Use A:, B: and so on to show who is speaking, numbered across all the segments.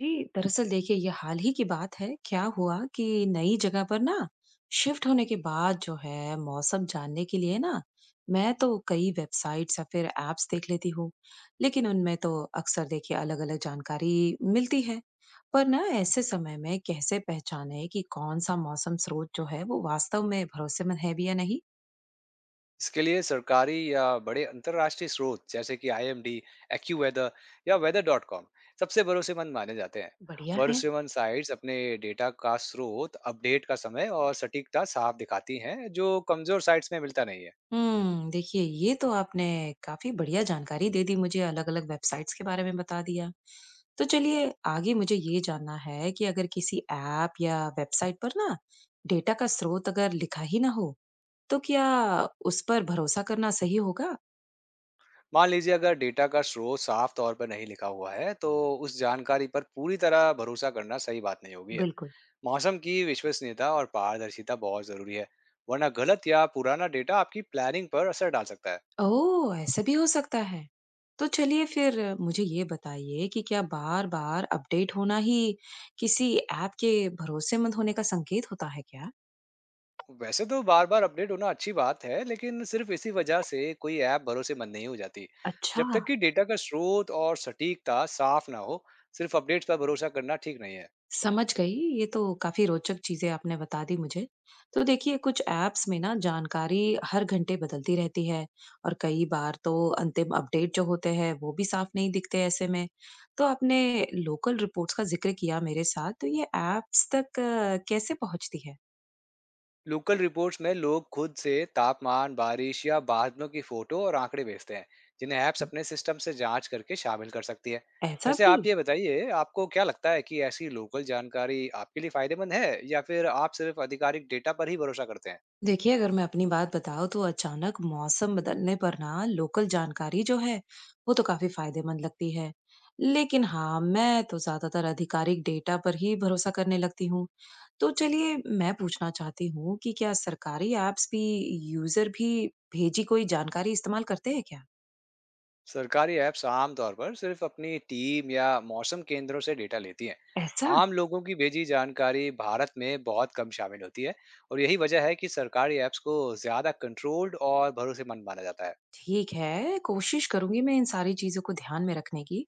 A: जी, दरअसल देखिए ये हाल ही की बात है। क्या हुआ कि नई जगह पर ना शिफ्ट होने के बाद जो है मौसम जानने के लिए ना मैं तो कई वेबसाइट्स या फिर एप्स देख लेती हूँ। लेकिन उनमें तो अक्सर देखिए अलग अलग जानकारी मिलती है। पर ना ऐसे समय में कैसे पहचाने कि कौन सा मौसम स्रोत जो है वो वास्तव में भरोसेमंद है भी या नहीं?
B: इसके लिए सरकारी या बड़े अंतर्राष्ट्रीय स्रोत जैसे कि आईएमडी, एक्यूवेदर या weather.com सबसे भरोसेमंद माने जाते हैं।
A: बढ़िया है।
B: भरोसेमंद साइट्स अपने डेटा का स्रोत, अपडेट का समय और सटीकता साफ दिखाती हैं, जो कमजोर साइट्स में मिलता नहीं है।
A: देखिए ये तो आपने काफ़ी बढ़िया जानकारी दे दी मुझे, अलग-अलग वेबसाइट्स के बारे में बता दिया। तो चलिए आगे मुझे ये जानना है कि अगर किसी ऐप या वेबसाइट पर ना डेटा का स्रोत अगर लिखा ही ना हो, तो क्या उस पर भरोसा करना सही होगा?
B: मान लीजिए अगर डेटा का स्रोत साफ तौर पर नहीं लिखा हुआ है, तो उस जानकारी पर पूरी तरह भरोसा करना सही बात नहीं होगी है।
A: बिल्कुल।
B: मौसम की विश्वसनीयता और पारदर्शिता बहुत जरूरी है, वरना गलत या पुराना डेटा आपकी प्लानिंग पर असर डाल सकता है।
A: ओह! ऐसा भी हो सकता है। तो चलिए फिर मुझे ये बताइए कि क्या बार-बार अपडेट होना ही किसी ऐप के भरोसेमंद होने का संकेत होता है क्या?
B: वैसे तो बार बार अपडेट होना अच्छी बात है, लेकिन सिर्फ इसी वजह से कोई ऐप भरोसेमंद नहीं हो जाती।
A: अच्छा।
B: जब तक कि डेटा का स्रोत और सटीकता साफ ना हो, सिर्फ अपडेट्स पर भरोसा करना ठीक नहीं है।
A: समझ गई। ये तो काफ़ी रोचक चीज़ें आपने बता दी मुझे। तो देखिए कुछ ऐप्स में ना जानकारी हर घंटे बदलती रहती है, और कई बार तो अंतिम अपडेट जो होते हैं वो भी साफ नहीं दिखते ऐसे में। तो आपने लोकल रिपोर्ट्स का ज़िक्र किया मेरे साथ, तो ये ऐप्स तक कैसे पहुँचती है?
B: लोकल रिपोर्ट्स में लोग खुद से तापमान, बारिश या बादलों की फोटो और आंकड़े भेजते हैं, जिन्हें ऐप्स अपने सिस्टम से जांच करके शामिल कर सकती है।
A: ऐसा
B: वैसे
A: भी?
B: आप ये बताइए, आपको क्या लगता है कि ऐसी लोकल जानकारी आपके लिए फायदेमंद है या फिर आप सिर्फ आधिकारिक डेटा पर ही भरोसा करते हैं।
A: देखिए अगर मैं अपनी बात बताऊं तो अचानक मौसम बदलने पर ना लोकल जानकारी जो है वो तो काफी फायदेमंद लगती है। लेकिन हाँ, मैं तो ज्यादातर आधिकारिक डेटा पर ही भरोसा करने लगती हूँ। तो चलिए मैं पूछना चाहती हूँ कि क्या सरकारी ऐप्स भी यूजर भी भेजी कोई जानकारी इस्तेमाल करते हैं क्या?
B: सरकारी ऐप्स आमतौर पर सिर्फ अपनी टीम या मौसम केंद्रों से डेटा लेती हैं।
A: ऐसा।
B: आम लोगों की भेजी जानकारी भारत में बहुत कम शामिल होती है, और यही वजह है कि सरकारी ऐप्स को ज्यादा कंट्रोल्ड और भरोसेमंद माना जाता है।
A: ठीक है, कोशिश करूँगी मैं इन सारी चीज़ों को ध्यान में रखने की।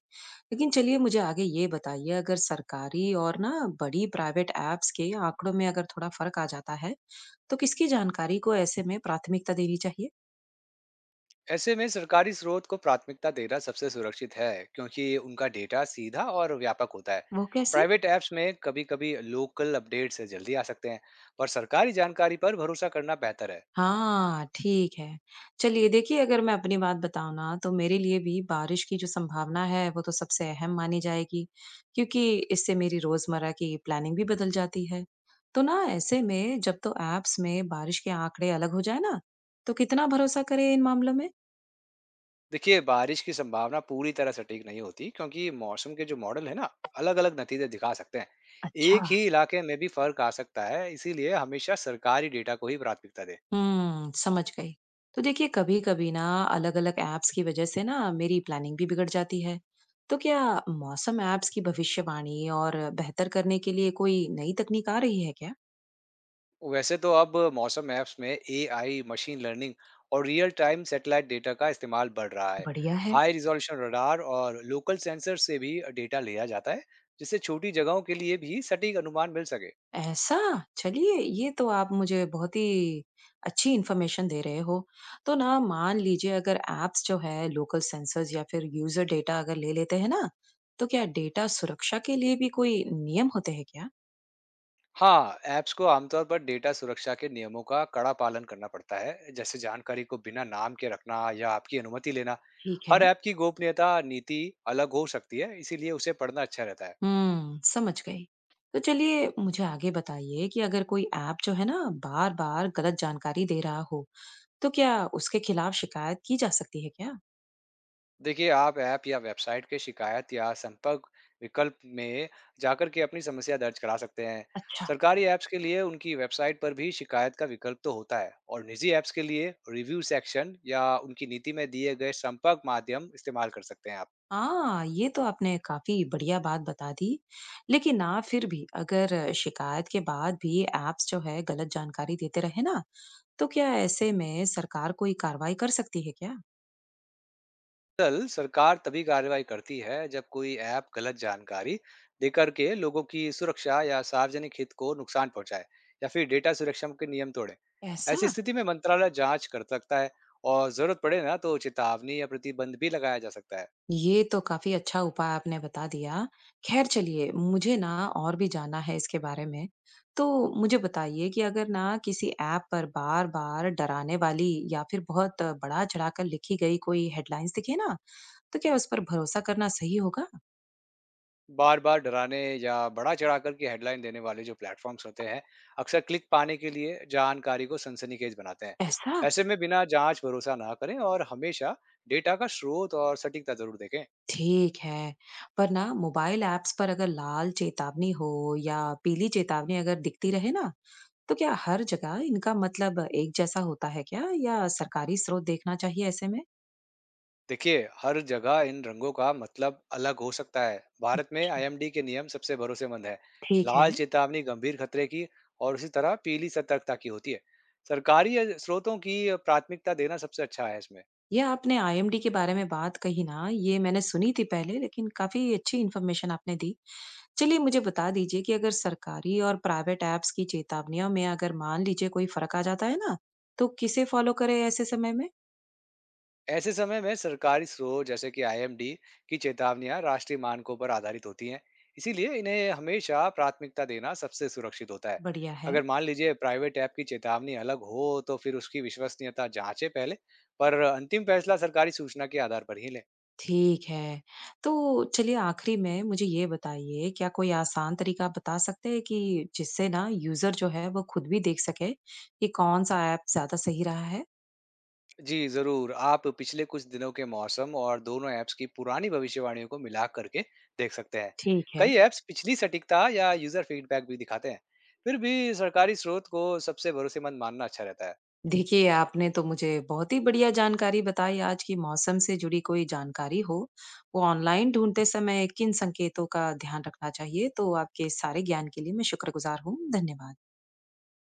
A: लेकिन चलिए मुझे आगे ये बताइए, अगर सरकारी और ना बड़ी प्राइवेट ऐप्स के आँकड़ों में अगर थोड़ा फ़र्क आ जाता है, तो किसकी जानकारी को ऐसे में प्राथमिकता देनी चाहिए?
B: ऐसे में सरकारी स्रोत को प्राथमिकता देना सबसे सुरक्षित है, क्योंकि उनका डेटा सीधा और व्यापक होता है।
A: वो कैसे?
B: प्राइवेट ऐप्स में कभी-कभी लोकल अपडेट से जल्दी आ सकते हैं, पर सरकारी जानकारी पर भरोसा करना बेहतर है।
A: हाँ, ठीक है। चलिए देखिए अगर मैं अपनी बात बताऊँ ना तो मेरे लिए भी बारिश की जो संभावना है वो तो सबसे अहम मानी जाएगी, क्योंकि इससे मेरी रोज़मर्रा की प्लानिंग भी बदल जाती है। तो ना ऐसे में जब तो ऐप्स में बारिश के आँकड़े अलग हो जाए ना, तो कितना भरोसा करें इन मामलों में?
B: देखिए, बारिश की संभावना पूरी तरह सटीक नहीं होती, क्योंकि मौसम के जो मॉडल है ना, अलग अलग नतीजे दिखा सकते हैं।
A: अच्छा।
B: एक ही इलाके में भी फर्क आ सकता है, इसीलिए हमेशा सरकारी डेटा को ही प्राथमिकता दें।
A: समझ गई। तो देखिए कभी-कभी ना अलग-अलग ऐप्स की वजह से ना मेरी प्लानिंग भी बिगड़ जाती है। तो क्या मौसम ऐप्स की भविष्यवाणी और बेहतर करने के लिए कोई नई तकनीक आ रही है क्या?
B: वैसे तो अब मौसम ऐप्स में एआई, मशीन लर्निंग और रियल टाइम सैटेलाइट डेटा का इस्तेमाल बढ़ रहा है।
A: बढ़िया है।
B: हाई रिजोल्यूशन रडार और लोकल सेंसर से भी डेटा लिया जाता है, जिससे छोटी जगहों के लिए भी सटीक अनुमान मिल सके।
A: ऐसा? चलिए ये तो आप मुझे बहुत ही अच्छी इन्फॉर्मेशन दे रहे हो। तो ना मान लीजिए अगर ऐप्स जो है लोकल सेंसर्स या फिर यूज़र डेटा अगर ले लेते हैं ना, तो क्या डेटा सुरक्षा के लिए भी कोई नियम होते हैं क्या?
B: हाँ, ऐप्स को आमतौर पर डेटा सुरक्षा के नियमों का कड़ा पालन करना पड़ता है, जैसे जानकारी को बिना नाम के रखना या आपकी अनुमति लेना।
A: ठीक है।
B: हर ऐप की गोपनीयता नीति अलग हो सकती है, इसीलिए उसे पढ़ना अच्छा रहता है।
A: समझ गई। तो चलिए मुझे आगे बताइए कि अगर कोई ऐप जो है ना बार-बार गलत जानकारी दे रहा हो, तो क्या उसके खिलाफ शिकायत की जा सकती है क्या?
B: देखिए, आप ऐप या वेबसाइट के शिकायत या संपर्क विकल्प में जाकर के अपनी समस्या दर्ज करा सकते हैं।
A: अच्छा।
B: सरकारी ऐप्स के लिए उनकी वेबसाइट पर भी शिकायत का विकल्प तो होता है, और निजी ऐप्स के लिए रिव्यू सेक्शन या उनकी नीति में दिए गए संपर्क माध्यम इस्तेमाल कर सकते हैं आप।
A: हाँ, ये तो आपने काफ़ी बढ़िया बात बता दी। लेकिन ना फिर भी अगर शिकायत के बाद भी ऐप्स जो है गलत जानकारी देते रहे ना, तो क्या ऐसे में सरकार कोई कार्रवाई कर सकती है क्या?
B: दरअसल सरकार तभी कार्रवाई करती है जब कोई ऐप गलत जानकारी देकर के लोगों की सुरक्षा या सार्वजनिक हित को नुकसान पहुंचाए या फिर डेटा सुरक्षा के नियम तोड़े।
A: ऐसा।
B: ऐसी स्थिति में मंत्रालय जांच कर सकता है, और जरूरत पड़े ना तो चेतावनी या प्रतिबंध भी लगाया जा सकता है।
A: ये तो काफ़ी अच्छा उपाय आपने बता दिया। ख़ैर चलिए, मुझे ना और भी जानना है इसके बारे में। तो मुझे बताइए कि अगर ना किसी ऐप पर बार-बार डराने वाली या फिर बहुत बढ़ा-चढ़ा कर लिखी गई कोई हेडलाइन्स दिखे ना, तो क्या उस पर भरोसा करना सही होगा?
B: बार बार डराने या बड़ा चढ़ाकर की हेडलाइन देने वाले जो प्लेटफॉर्म्स होते हैं, अक्सर क्लिक पाने के लिए जानकारी को सनसनीखेज बनाते हैं।
A: ऐसा?
B: ऐसे में बिना जांच भरोसा ना करें, और हमेशा डेटा का स्रोत और सटीकता जरूर देखें।
A: ठीक है। पर ना मोबाइल ऐप्स पर अगर लाल चेतावनी हो या पीली चेतावनी अगर दिखती रहे ना, तो क्या हर जगह इनका मतलब एक जैसा होता है क्या, या सरकारी स्रोत देखना चाहिए ऐसे में?
B: देखिए, हर जगह इन रंगों का मतलब अलग हो सकता है। भारत में आईएमडी के नियम सबसे भरोसेमंद है।
A: ठीक है।
B: लाल चेतावनी गंभीर खतरे की और उसी तरह पीली सतर्कता की होती है। सरकारी स्रोतों की प्राथमिकता देना सबसे अच्छा है इसमें।
A: ये आपने आईएमडी के बारे में बात कही ना, ये मैंने सुनी थी पहले, लेकिन काफ़ी अच्छी इन्फॉर्मेशन आपने दी। चलिए मुझे बता दीजिए कि अगर सरकारी और प्राइवेट ऐप्स की चेतावनियों में अगर मान लीजिए कोई फ़र्क आ जाता है ना, तो किसे फ़ॉलो करें ऐसे समय में?
B: ऐसे समय में सरकारी स्रोत जैसे कि आईएमडी की चेतावनियां राष्ट्रीय मानकों पर आधारित होती हैं, इसीलिए इन्हें हमेशा प्राथमिकता देना सबसे सुरक्षित होता है।
A: बढ़िया है।
B: अगर मान लीजिए प्राइवेट ऐप की चेतावनी अलग हो, तो फिर उसकी विश्वसनीयता जांचें पहले, पर अंतिम फैसला सरकारी सूचना के आधार पर ही लें।
A: ठीक है। तो चलिए आखिरी में मुझे ये बताइए, क्या कोई आसान तरीका आप बता सकते हैं कि जिससे ना यूज़र जो है वो खुद भी देख सके कि कौन-सा ऐप ज़्यादा सही रहा है?
B: जी जरूर, आप पिछले कुछ दिनों के मौसम और दोनों ऐप्स की पुरानी भविष्यवाणियों को मिला करके देख सकते हैं।
A: ठीक है।
B: कई ऐप्स पिछली सटीकता या यूजर फीडबैक भी दिखाते हैं। फिर भी सरकारी स्रोत को सबसे भरोसेमंद मानना अच्छा रहता है।
A: देखिए, आपने तो मुझे बहुत ही बढ़िया जानकारी बताई आज कि मौसम से जुड़ी कोई जानकारी हो, वो ऑनलाइन ढूँढते समय किन संकेतों का ध्यान रखना चाहिए। तो आपके इस सारे ज्ञान के लिए मैं शुक्रगुज़ार हूँ। धन्यवाद।